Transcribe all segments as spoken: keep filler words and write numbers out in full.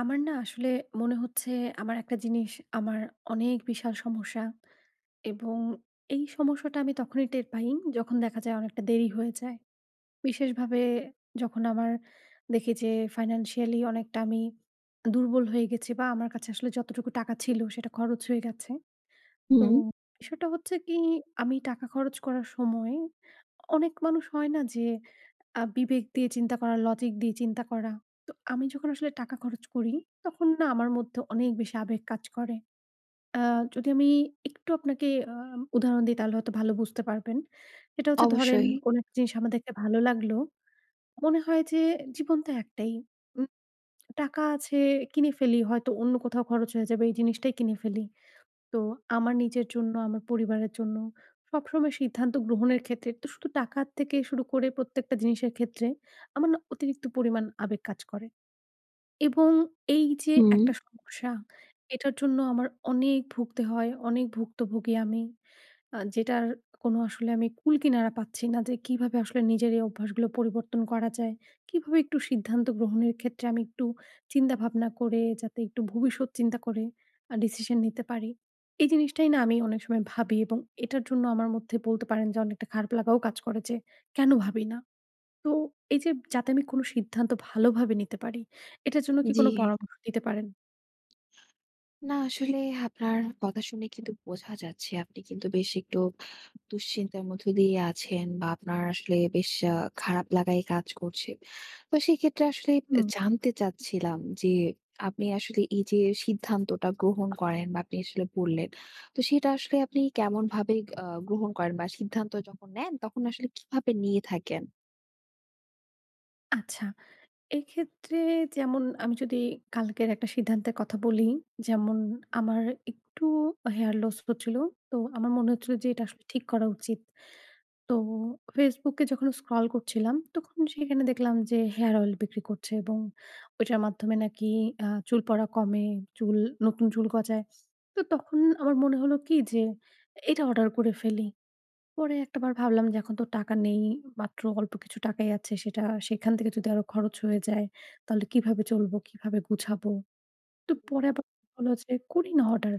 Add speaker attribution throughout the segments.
Speaker 1: আমার না আসলে মনে হচ্ছে আমার একটা জিনিস আমার অনেক বিশাল সমস্যা এবং এই সমস্যাটা আমি তখনই টের পাই যখন দেখা যায় অনেকটা দেরি হয়ে যায়। বিশেষভাবে যখন আমার দেখি যে ফাইন্যান্সিয়ালি অনেকটা আমি দুর্বল হয়ে গেছি বা আমার কাছে আসলে যতটুকু টাকা ছিল সেটা খরচ হয়ে গেছে। তো
Speaker 2: হুম,
Speaker 1: বিষয়টা হচ্ছে কি আমি টাকা খরচ করার সময় অনেক মানুষ হয় না যে আ বিবেক দিয়ে চিন্তা করা, লজিক দিয়ে চিন্তা করা। তো আমি যখন আসলে টাকা খরচ করি তখন না আমার মধ্যে অনেক বেশি আবেগ কাজ করে। আ যদি আমি একটু আপনাকে আ উদাহরণ দিই তাহলে হয়তো ভালো বুঝতে পারবেন। সেটা হচ্ছে ধরেন
Speaker 2: অবশ্যই।
Speaker 1: কোনো একটা জিনিস আমার দেখতে ভালো লাগলো। মনে হয় যে জীবন তো একটাই। উম টাকা আছে, কিনে ফেলি হয়তো অন্য কোথাও খরচ হয়ে যাবে এই জিনিসটাই কিনে ফেলি। তো আমার নিজের জন্য, আমার পরিবারের জন্য সবসময় সিদ্ধান্ত গ্রহণের ক্ষেত্রে তো শুধু টাকা থেকে শুরু করে প্রত্যেকটা জিনিসের ক্ষেত্রে আমার না অতিরিক্ত পরিমাণ আবেগ কাজ করে এবং এই যে
Speaker 2: হুম।
Speaker 1: একটা সমস্যা, এটার জন্য আমার অনেক ভুগতে হয়, অনেক ভুক্তভোগী আমি। আ যেটার কোনো আসলে আমি কূল কিনারা পাচ্ছি না যে কিভাবে আসলে নিজের এই অভ্যাসগুলো পরিবর্তন করা যায়। কিভাবে একটু সিদ্ধান্ত গ্রহণের ক্ষেত্রে আমি একটু চিন্তাভাবনা করে যাতে একটু ভবিষ্যৎ চিন্তা করে আ ডিসিশন নিতে পারি। এই জিনিসটাই না আমি অনেক সময় ভাবি এবং এটার জন্য আমার মধ্যে বলতে পারেন যে অনেকটা খারাপ লাগাও কাজ করে যে কেন ভাবি না? তো এই যে যাতে আমি কোনো সিদ্ধান্ত ভালোভাবে নিতে পারি, এটার জন্য কি
Speaker 2: জি।
Speaker 1: কোনো পরামর্শ দিতে পারেন?
Speaker 2: না আসলে আপনার কথা শুনে কিন্তু বোঝা যাচ্ছে আপনি কিন্তু বেশ একটু দুশ্চিন্তার মধ্য দিয়ে আছেন, বা আপনার আসলে বেশ আ খারাপ লাগাই কাজ করছে। তো সেক্ষেত্রে আসলে
Speaker 1: হুম,
Speaker 2: জানতে চাচ্ছিলাম যে আপনি আসলে এই যে সিদ্ধান্তটা গ্রহণ করেন বা আপনি আসলে বললেন, তো সেটা আসলে আপনি কেমনভাবে আ গ্রহণ করেন বা সিদ্ধান্ত যখন নেন তখন আসলে কিভাবে নিয়ে থাকেন?
Speaker 1: আচ্ছা। এক্ষেত্রে যেমন আমি যদি কালকের একটা সিদ্ধান্তের কথা বলি, যেমন আমার একটু হেয়ার লস হচ্ছিল। তো আমার মনে হচ্ছিল যে এটা আসলে ঠিক করা উচিত। তো Facebook এ যখন স্ক্রল করছিলাম তখন সেখানে দেখলাম যে হেয়ার অয়েল বিক্রি করছে এবং ওইটার মাধ্যমে নাকি আ চুল পড়া কমে, চুল নতুন চুল গজায়। তো তখন আমার মনে হলো কি যে এটা অর্ডার করে ফেলি। পরে একটাবার ভাবলাম যে এখন তো টাকা নেই। মাত্র অল্প কিছু টাকাই আছে। সেটা সেখান থেকে যদি আরো খরচ হয়ে যায়, তাহলে কিভাবে চলবো? কিভাবে গুছাবো? তো
Speaker 2: হুম।
Speaker 1: পরে আবার হলো যে করি না অর্ডার।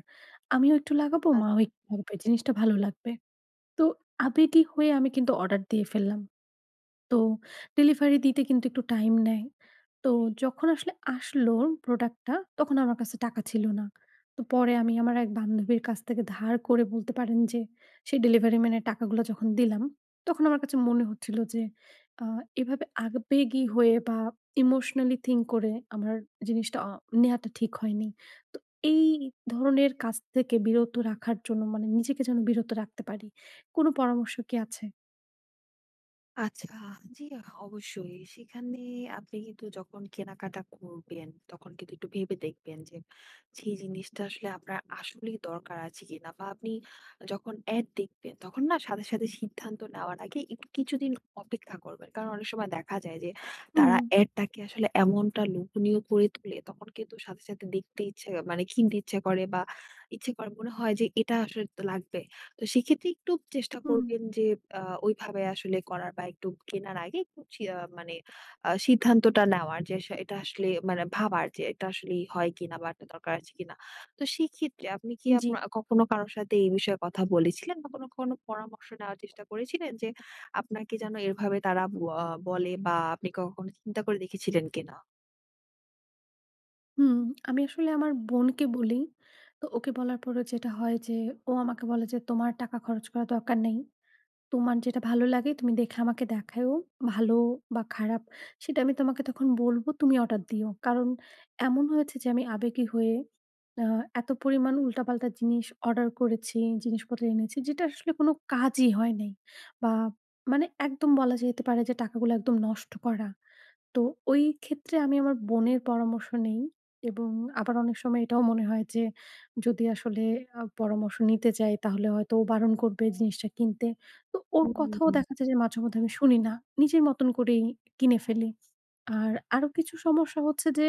Speaker 1: আমিও একটু লাগাবো, মাও একটু লাগাবে। জিনিসটা ভালো লাগবে। তো আবেগী হয়ে আমি কিন্তু অর্ডার দিয়ে ফেললাম। তো ডেলিভারি দিতে কিন্তু একটু টাইম নেয়। তো যখন আসলে আসলো প্রোডাক্টটা তখন আমার কাছে টাকা ছিল না। তো পরে আমি আমার এক বান্ধবীর কাছ থেকে ধার করে বলতে পারেন যে, সেই ডেলিভারি ম্যানের টাকাগুলো যখন দিলাম, তখন আমার কাছে মনে হচ্ছিল যে, আ এভাবে আবেগী হয়ে বা ইমোশনালি থিঙ্ক করে আমার জিনিসটা অ নেয়াটা ঠিক হয়নি। তো এই ধরনের কাজ থেকে বিরত রাখার জন্য মানে নিজেকে যেন বিরত রাখতে পারি। কোনো পরামর্শ কি আছে?
Speaker 2: আচ্ছা, জি, অবশ্যই। সেখানে আপনি কিন্তু যখন কেনাকাটা করবেন, তখন কিন্তু একটু ভেবে দেখবেন যে সেই জিনিসটা আসলে আপনার আসলেই দরকার আছে কিনা। বা আপনি যখন এড দেখবেন, তখন না সাথে, সাথে সিদ্ধান্ত নেওয়ার আগে একটু কিছুদিন অপেক্ষা করবেন। কারণ অনেক সময় দেখা যায় যে
Speaker 1: হুম,
Speaker 2: তারা এডটাকে আসলে এমনটা লোভনীয় করে তোলে, তখন কিন্তু সাথে, সাথে দেখতে ইচ্ছে, মানে কিনতে ইচ্ছে করে, বা ইচ্ছে করে, মনে হয় যে এটা আসলে তো লাগবে। তো সেক্ষেত্রে একটু চেষ্টা
Speaker 1: হুম,
Speaker 2: করবেন যে আ ওইভাবে আসলে করার, বা একটু কেনার আগে একটু চি আ মানে আ সিদ্ধান্তটা নেওয়ার যে, স এটা আসলে, মানে ভাবার যে এটা আসলেই হয় কিনা বা এটা দরকার আছে কিনা। তো সেক্ষেত্রে আপনি কি
Speaker 1: জি।
Speaker 2: আপনা কখনো কারো সাথে এই বিষয়ে কথা বলেছিলেন, বা কোনো, কোনো পরামর্শ নেওয়ার চেষ্টা করেছিলেন যে আপনাকে যেন এভাবে তারা ব আ বলে, বা আপনি কখনো চিন্তা করে দেখেছিলেন কিনা?
Speaker 1: হুম, আমি আসলে আমার বোনকে বলি। তো ওকে বলার পরে যেটা হয় যে, ও আমাকে বলে যে, "তোমার টাকা খরচ করার দরকার নেই। তোমার যেটা ভালো লাগে তুমি দেখে আমাকে দেখায়ও। ভালো বা খারাপ সেটা আমি তোমাকে তখন বলব, তুমি অর্ডার দিও।" কারণ এমন হয়েছে যে আমি আবেগী হয়ে আ এত পরিমাণ উল্টাপাল্টা জিনিস অর্ডার করেছি, জিনিসপত্র এনেছি যেটা আসলে কোনো কাজই হয় নাই। বা মানে একদম বলা যেতে পারে যে টাকাগুলো একদম নষ্ট করা। তো ওই ক্ষেত্রে আমি আমার বোনের পরামর্শ নেই এবং আবার অনেক সময় এটাও মনে হয় যে যদি আসলে আ পরামর্শ নিতে যাই তাহলে হয়তো ও বারণ করবে জিনিসটা কিনতে। তো ওর কথাও
Speaker 2: হুম।
Speaker 1: দেখা যায় যে মাঝেমধ্যে আমি শুনি না। নিজের মতন করেই কিনে ফেলি। আর আরো কিছু সমস্যা হচ্ছে যে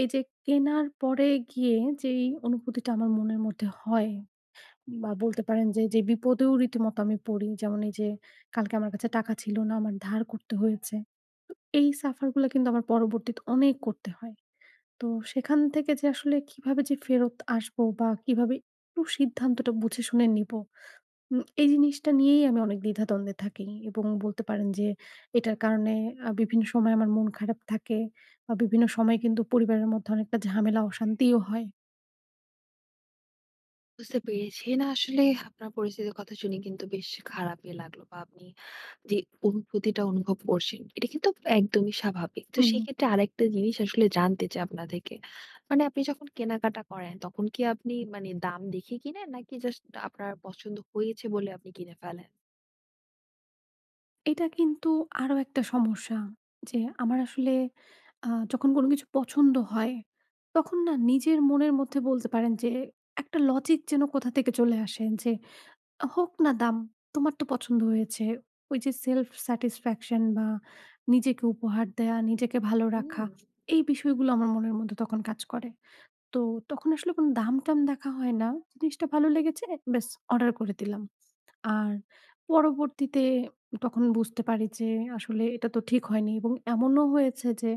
Speaker 1: এই যে কেনার পরে গিয়ে যেই অনুভূতিটা আমার মনের মধ্যে হয় বা বলতে পারেন যে, যে বিপদেও রীতিমতো আমি পড়ি। যেমন এই যে কালকে আমার কাছে টাকা ছিল না, আমার ধার করতে হয়েছে। তো এই সাফার গুলা কিন্তু আমার পরবর্তীতে অনেক করতে হয়। তো সেখান থেকে যে আসলে কিভাবে যে ফেরত আসবো বা কিভাবে একটু সিদ্ধান্তটা বুঝে শুনে নিবো, উম এই জিনিসটা নিয়েই আমি অনেক দ্বিধাদ্বন্দ্বে থাকি এবং বলতে পারেন যে এটার কারণে আ বিভিন্ন সময় আমার মন খারাপ থাকে বা বিভিন্ন সময় কিন্তু পরিবারের মধ্যে অনেকটা ঝামেলা অশান্তিও হয়।
Speaker 2: বুঝতে পেরেছি। না আসলে, আপনার পরিস্থিতির কথা শুনে কিন্তু বেশ খারাপই লাগলো, বা আপনি যে অনুভূতিটা অনুভব করছেন, এটা কিন্তু একদমই স্বাভাবিক। তো
Speaker 1: হুম।
Speaker 2: সেক্ষেত্রে আরেকটা জিনিস আসলে জানতে চাই আপনা থেকে। মানে আপনি যখন কেনাকাটা করেন, তখন কি আপনি, মানে, দাম দেখে কিনেন, নাকি জাস্ট আপনার পছন্দ হয়েছে বলে আপনি কিনে ফেলেন?
Speaker 1: এটা কিন্তু আরো একটা সমস্যা যে আমার আসলে আ যখন কোনো কিছু পছন্দ হয়, তখন না নিজের মনের মধ্যে বলতে পারেন যে একটা লজিক যেন কোথা থেকে চলে আসে যে, "হোক না দাম, তোমার তো পছন্দ হয়েছে।" ওই যে সেলফ স্যাটিসফ্যাকশন বা নিজেকে উপহার দেয়া, নিজেকে ভালো
Speaker 2: হুম।
Speaker 1: রাখা, এই বিষয়গুলো আমার মনের মধ্যে তখন কাজ করে। তো তখন আসলে কোনো দাম-টাম দেখা হয় না। জিনিসটা ভালো লেগেছে, ব্যাস অর্ডার করে দিলাম। আর পরবর্তীতে তখন বুঝতে পারি যে আসলে এটা তো ঠিক হয়নি এবং এমনও হয়েছে যে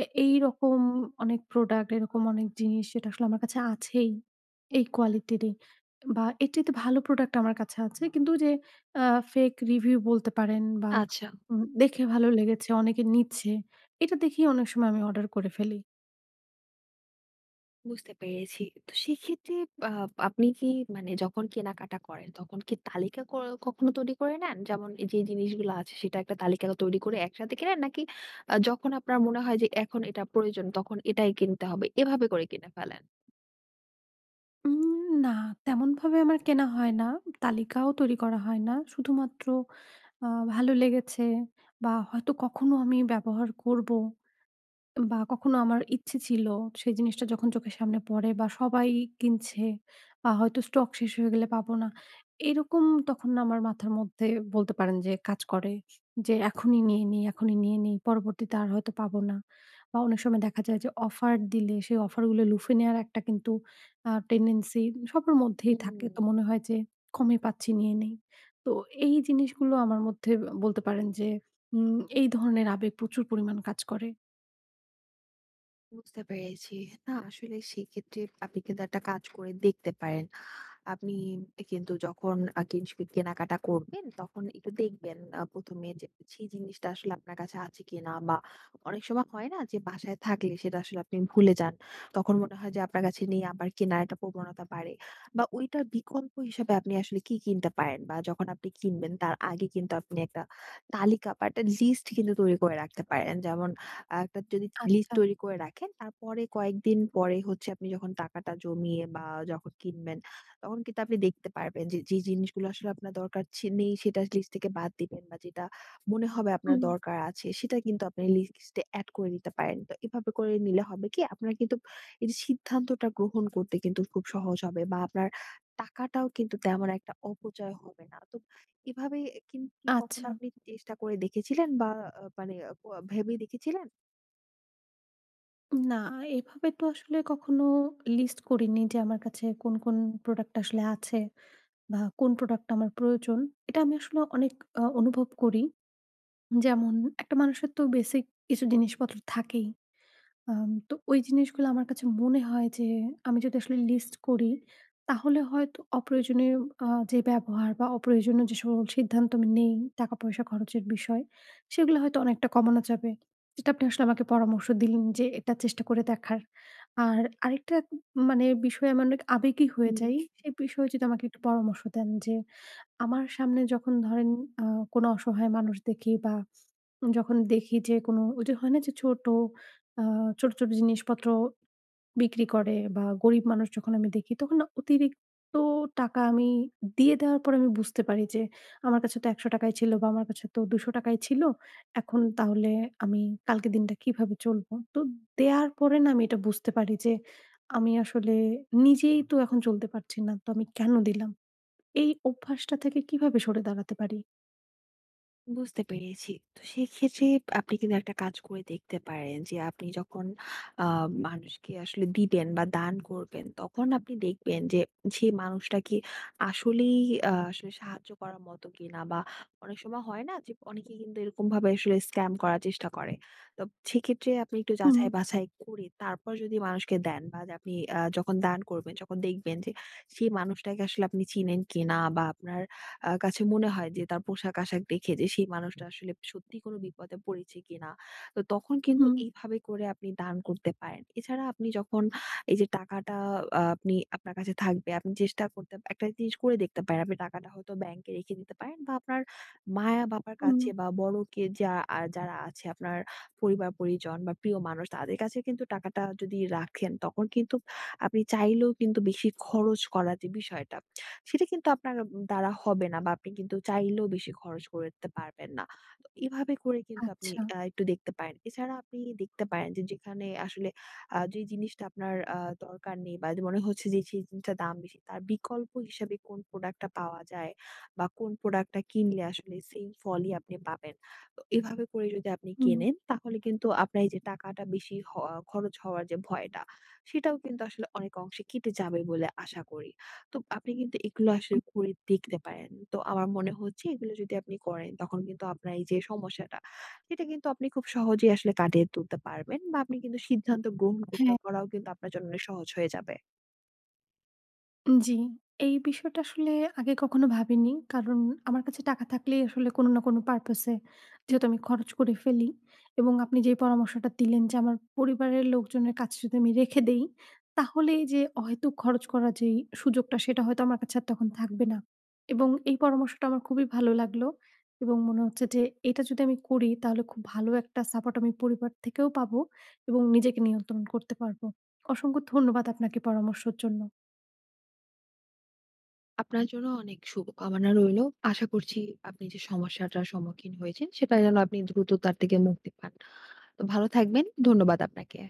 Speaker 1: এ এইরকম অনেক প্রোডাক্ট, এরকম অনেক জিনিস যেটা আসলে আমার কাছে আছেই। এই কোয়ালিটিরই বা এর চাইতে ভালো প্রোডাক্ট আমার কাছে আছে। কিন্তু যে আ ফেক রিভিউ বলতে পারেন বা
Speaker 2: আচ্ছা।
Speaker 1: উম দেখে ভালো লেগেছে, অনেকে নিচ্ছে। এটা দেখেই অনেক সময় আমি অর্ডার করে ফেলি।
Speaker 2: বুঝতে পেরেছি। তো সেক্ষেত্রে আ আপনি কি, মানে যখন কেনাকাটা করেন তখন কি তালিকা ক কখনো তৈরি করে নেন? যেমন এই যে জিনিসগুলো আছে, সেটা একটা তালিকা তৈরি করে একসাথে কেনেন, নাকি আ যখন আপনার মনে হয় যে এখন এটা প্রয়োজন তখন এটাই কিনতে হবে, এভাবে করে কিনে ফেলেন?
Speaker 1: উম না, তেমনভাবে আমার কেনা হয় না। তালিকাও তৈরি করা হয় না। শুধুমাত্র আ ভালো লেগেছে বা হয়তো কখনো আমি ব্যবহার করব। বা কখনো আমার ইচ্ছে ছিল সেই জিনিসটা যখন চোখের সামনে পড়ে বা সবাই কিনছে বা হয়তো স্টক শেষ হয়ে গেলে পাবো না। এরকম তখন না আমার মাথার মধ্যে বলতে পারেন যে কাজ করে যে এখনই নিয়ে নিই, এখনই নিয়ে নিই। পরবর্তীতে আর হয়তো পাবো না। বা অনেক সময় দেখা যায় যে অফার দিলে সেই অফারগুলো লুফে নেওয়ার একটা কিন্তু আ টেনডেন্সি সবার মধ্যেই
Speaker 2: হুম,
Speaker 1: থাকে। তো মনে হয় যে কমে পাচ্ছি নিয়ে নেই। তো এই জিনিসগুলো আমার মধ্যে বলতে পারেন যে উম এই ধরনের আবেগ প্রচুর পরিমাণ কাজ করে।
Speaker 2: বুঝতে পেরেছি। না আসলে, সেক্ষেত্রে আপনি কিন্তু একটা কাজ করে দেখতে পারেন। আপনি কিন্তু যখন আ কিনস কেনাকাটা করবেন, তখন একটু দেখবেন আ প্রথম এ যে সেই জিনিসটা আসলে আপনার কাছে আছে কিনা, বা অনেক সময় হয় না যে বাসায় থাকলে সেটা আসলে আপনি ভুলে যান। তখন মনে হয় যে আপনার কাছে নেই, আবার কেনার একটা প্রবণতা বাড়ে। বা ওইটার বিকল্প হিসাবে আপনি আসলে কি কিনতে পারেন, বা যখন আপনি কিনবেন তার আগে কিন্তু আপনি একটা তালিকা বা একটা লিস্ট কিন্তু তৈরি করে রাখতে পারেন। যেমন আ একটা যদি লিস্ট
Speaker 1: আচ্ছা।
Speaker 2: তৈরি করে রাখেন, তারপরে কয়েকদিন পরে হচ্ছে আপনি যখন টাকাটা জমিয়ে, বা যখন কিনবেন, তখন কিন্তু আপনি দেখতে পারবেন যে, যে জিনিসগুলো আসলে আপনার দরকার ছি নেই সেটা লিস্ট থেকে বাদ দিবেন, বা যেটা মনে হবে আপনার
Speaker 1: হুম,
Speaker 2: দরকার আছে সেটা কিন্তু আপনি লিস্টে এড করে দিতে পারেন। তো এভাবে করে নিলে হবে কি, আপনার কিন্তু এই যে সিদ্ধান্তটা গ্রহণ করতে কিন্তু খুব সহজ হবে, বা আপনার টাকাটাও কিন্তু তেমন একটা অপচয় হবে না। তো এভাবে কিন কি কখনো
Speaker 1: আচ্ছা।
Speaker 2: আপনি চেষ্টা করে দেখেছিলেন, বা আ মানে, আ ভেবে দেখেছিলেন?
Speaker 1: না, এভাবে তো আসলে কখনো লিস্ট করিনি যে আমার কাছে কোন, কোন প্রোডাক্ট আসলে আছে বা কোন প্রোডাক্ট আমার প্রয়োজন। এটা আমি আসলে অনেক আ অনুভব করি। যেমন একটা মানুষের তো বেসিক কিছু জিনিসপত্র থাকেই। আম তো ওই জিনিসগুলো আমার কাছে মনে হয় যে আমি যদি আসলে লিস্ট করি, তাহলে হয়তো অপ্রয়োজনীয় আ যে ব্যবহার বা অপ্রয়োজনীয় যে সকল সিদ্ধান্ত আমি নেই টাকা-পয়সা খরচের বিষয়, সেগুলো হয়তো অনেকটা কমানো যাবে। যেটা আপনি আসলে আমাকে পরামর্শ দিলেন যে এটা চেষ্টা করে দেখার। আর আরেকটা মানে বিষয়ে আমি অনেক আবেগী হয়ে
Speaker 2: হুম।
Speaker 1: যাই। সেই বিষয়ে যদি আমাকে একটু পরামর্শ দেন যে আমার সামনে যখন ধরেন আ কোনো অসহায় মানুষ দেখি বা যখন দেখি যে কোনো ওই যে হয় না যে ছোট আ ছোট, ছোট জিনিসপত্র বিক্রি করে বা গরিব মানুষ যখন আমি দেখি তখন না অতিরিক্ত টাকা আমি দিয়ে দেওয়ার পর আমি বুঝতে পারি যে আমার কাছে তো ৳একশো ছিল বা আমার কাছে তো ৳দুইশো ছিল। এখন তাহলে আমি কালকের দিনটা কিভাবে চলবো? তো দেয়ার পরে না আমি এটা বুঝতে পারি যে আমি আসলে নিজেই তো এখন চলতে পারছি না। তো আমি কেন দিলাম? এই অভ্যাসটা থেকে কিভাবে সরে দাঁড়াতে পারি?
Speaker 2: বুঝতে পেরেছি। তো সেক্ষেত্রে আপনি কিন্তু একটা কাজ করে দেখতে পারেন যে, আপনি যখন আ মানুষকে আসলে দিবেন বা দান করবেন, তখন আপনি দেখবেন যে সেই মানুষটা কি আসলেই আ আসলে সাহায্য করার মতো কিনা, বা অনেক সময় হয় না যে অনেকে কিন্তু এরকমভাবে আসলে স্ক্যাম করার চেষ্টা করে। তো সেক্ষেত্রে আপনি একটু
Speaker 1: হুম,
Speaker 2: যাচাই-বাছাই করে তারপর যদি মানুষকে দেন, বা যে আপনি আ যখন দান করবেন, যখন দেখবেন যে সেই মানুষটাকে আসলে আপনি চিনেন কিনা, বা আপনার আ কাছে মনে হয় যে তার পোশাক-আশাক দেখে যে সেই মানুষটা আসলে সত্যিই কোনো বিপদে পড়েছে কিনা। তো তখন কিন্তু
Speaker 1: হুম,
Speaker 2: এইভাবে করে আপনি দান করতে পারেন। এছাড়া আপনি যখন এই যে টাকাটা আ আপনি, আপনার কাছে থাকবে, আপনি চেষ্টা করতে একটা জিনিস করে দেখতে পারেন। আপনি টাকাটা হয়তো ব্যাংকে রেখে দিতে পারেন, বা আপনার মায়া-বাবার
Speaker 1: হুম।
Speaker 2: কাছে, বা বড় কে যা আ যারা আছে আপনার পরিবার-পরিজন বা প্রিয় মানুষ, তাদের কাছে কিন্তু টাকাটা যদি রাখেন, তখন কিন্তু আপনি চাইলেও কিন্তু বেশি খরচ করার যে বিষয়টা, সেটা কিন্তু আপনার দ্বারা হবে না, বা আপনি কিন্তু চাইলেও বেশি খরচ করতে পারবেন না। তো এভাবে করে কিন্তু আপনি
Speaker 1: আচ্ছা।
Speaker 2: আ একটু দেখতে পারেন। এছাড়া আপনি দেখতে পারেন যে, যেখানে আসলে আ যে জিনিসটা আপনার আ দরকার নেই, বা যে মনে হচ্ছে যে সেই জিনিসটার দাম বেশি, তার বিকল্প হিসেবে কোন প্রোডাক্টটা পাওয়া যায়, বা কোন প্রোডাক্টটা কিনলে আসলে সেম ফলই আপনি পাবেন। তো এভাবে করে যদি আপনি
Speaker 1: হুম।
Speaker 2: কেনেন, তাহলে কিন্তু আপনার এই যে টাকাটা বেশি হ খরচ হওয়ার যে ভয়টা, সেটাও কিন্তু আসলে অনেক অংশে কেটে যাবে বলে আশা করি। তো আপনি কিন্তু এগুলো আসলে করে দেখতে পারেন। তো আমার মনে হচ্ছে, এগুলো যদি আপনি করেন, তখন কিন্তু আপনার এই যে সমস্যাটা, সেটা কিন্তু আপনি খুব সহজেই আসলে কাটিয়ে তুলতে পারবেন, বা আপনি কিন্তু সিদ্ধান্ত গ্রহণ করতে
Speaker 1: হ্যাঁ,
Speaker 2: করাও কিন্তু আপনার জন্য অনেক সহজ হয়ে যাবে।
Speaker 1: জি। এই বিষয়টা আসলে আগে কখনো ভাবিনি। কারণ আমার কাছে টাকা থাকলেই আসলে কোনো না কোনো পারপাসে যেহেতু আমি খরচ করে ফেলি এবং আপনি যে পরামর্শটা দিলেন যে আমার পরিবারের লোকজনের কাছে যদি আমি রেখে দেই, তাহলে এই যে অহেতুক খরচ করার যেই সুযোগটা সেটা হয়তো আমার কাছে আর তখন থাকবে না। এবং এই পরামর্শটা আমার খুবই ভালো লাগলো এবং মনে হচ্ছে যে এটা যদি আমি করি তাহলে খুব ভালো একটা সাপোর্ট আমি পরিবার থেকেও পাবো এবং নিজেকে নিয়ন্ত্রণ করতে পারবো। অসংখ্য ধন্যবাদ আপনাকে পরামর্শের জন্য।
Speaker 2: আপনার জন্য অনেক শুভকামনা রইলো। আশা করছি আপনি যে সমস্যাটার সম্মুখীন হয়েছেন, সেটা যেন আপনি দ্রুত তার থেকে মুক্তি পান। তো ভালো থাকবেন। ধন্যবাদ আপনাকে।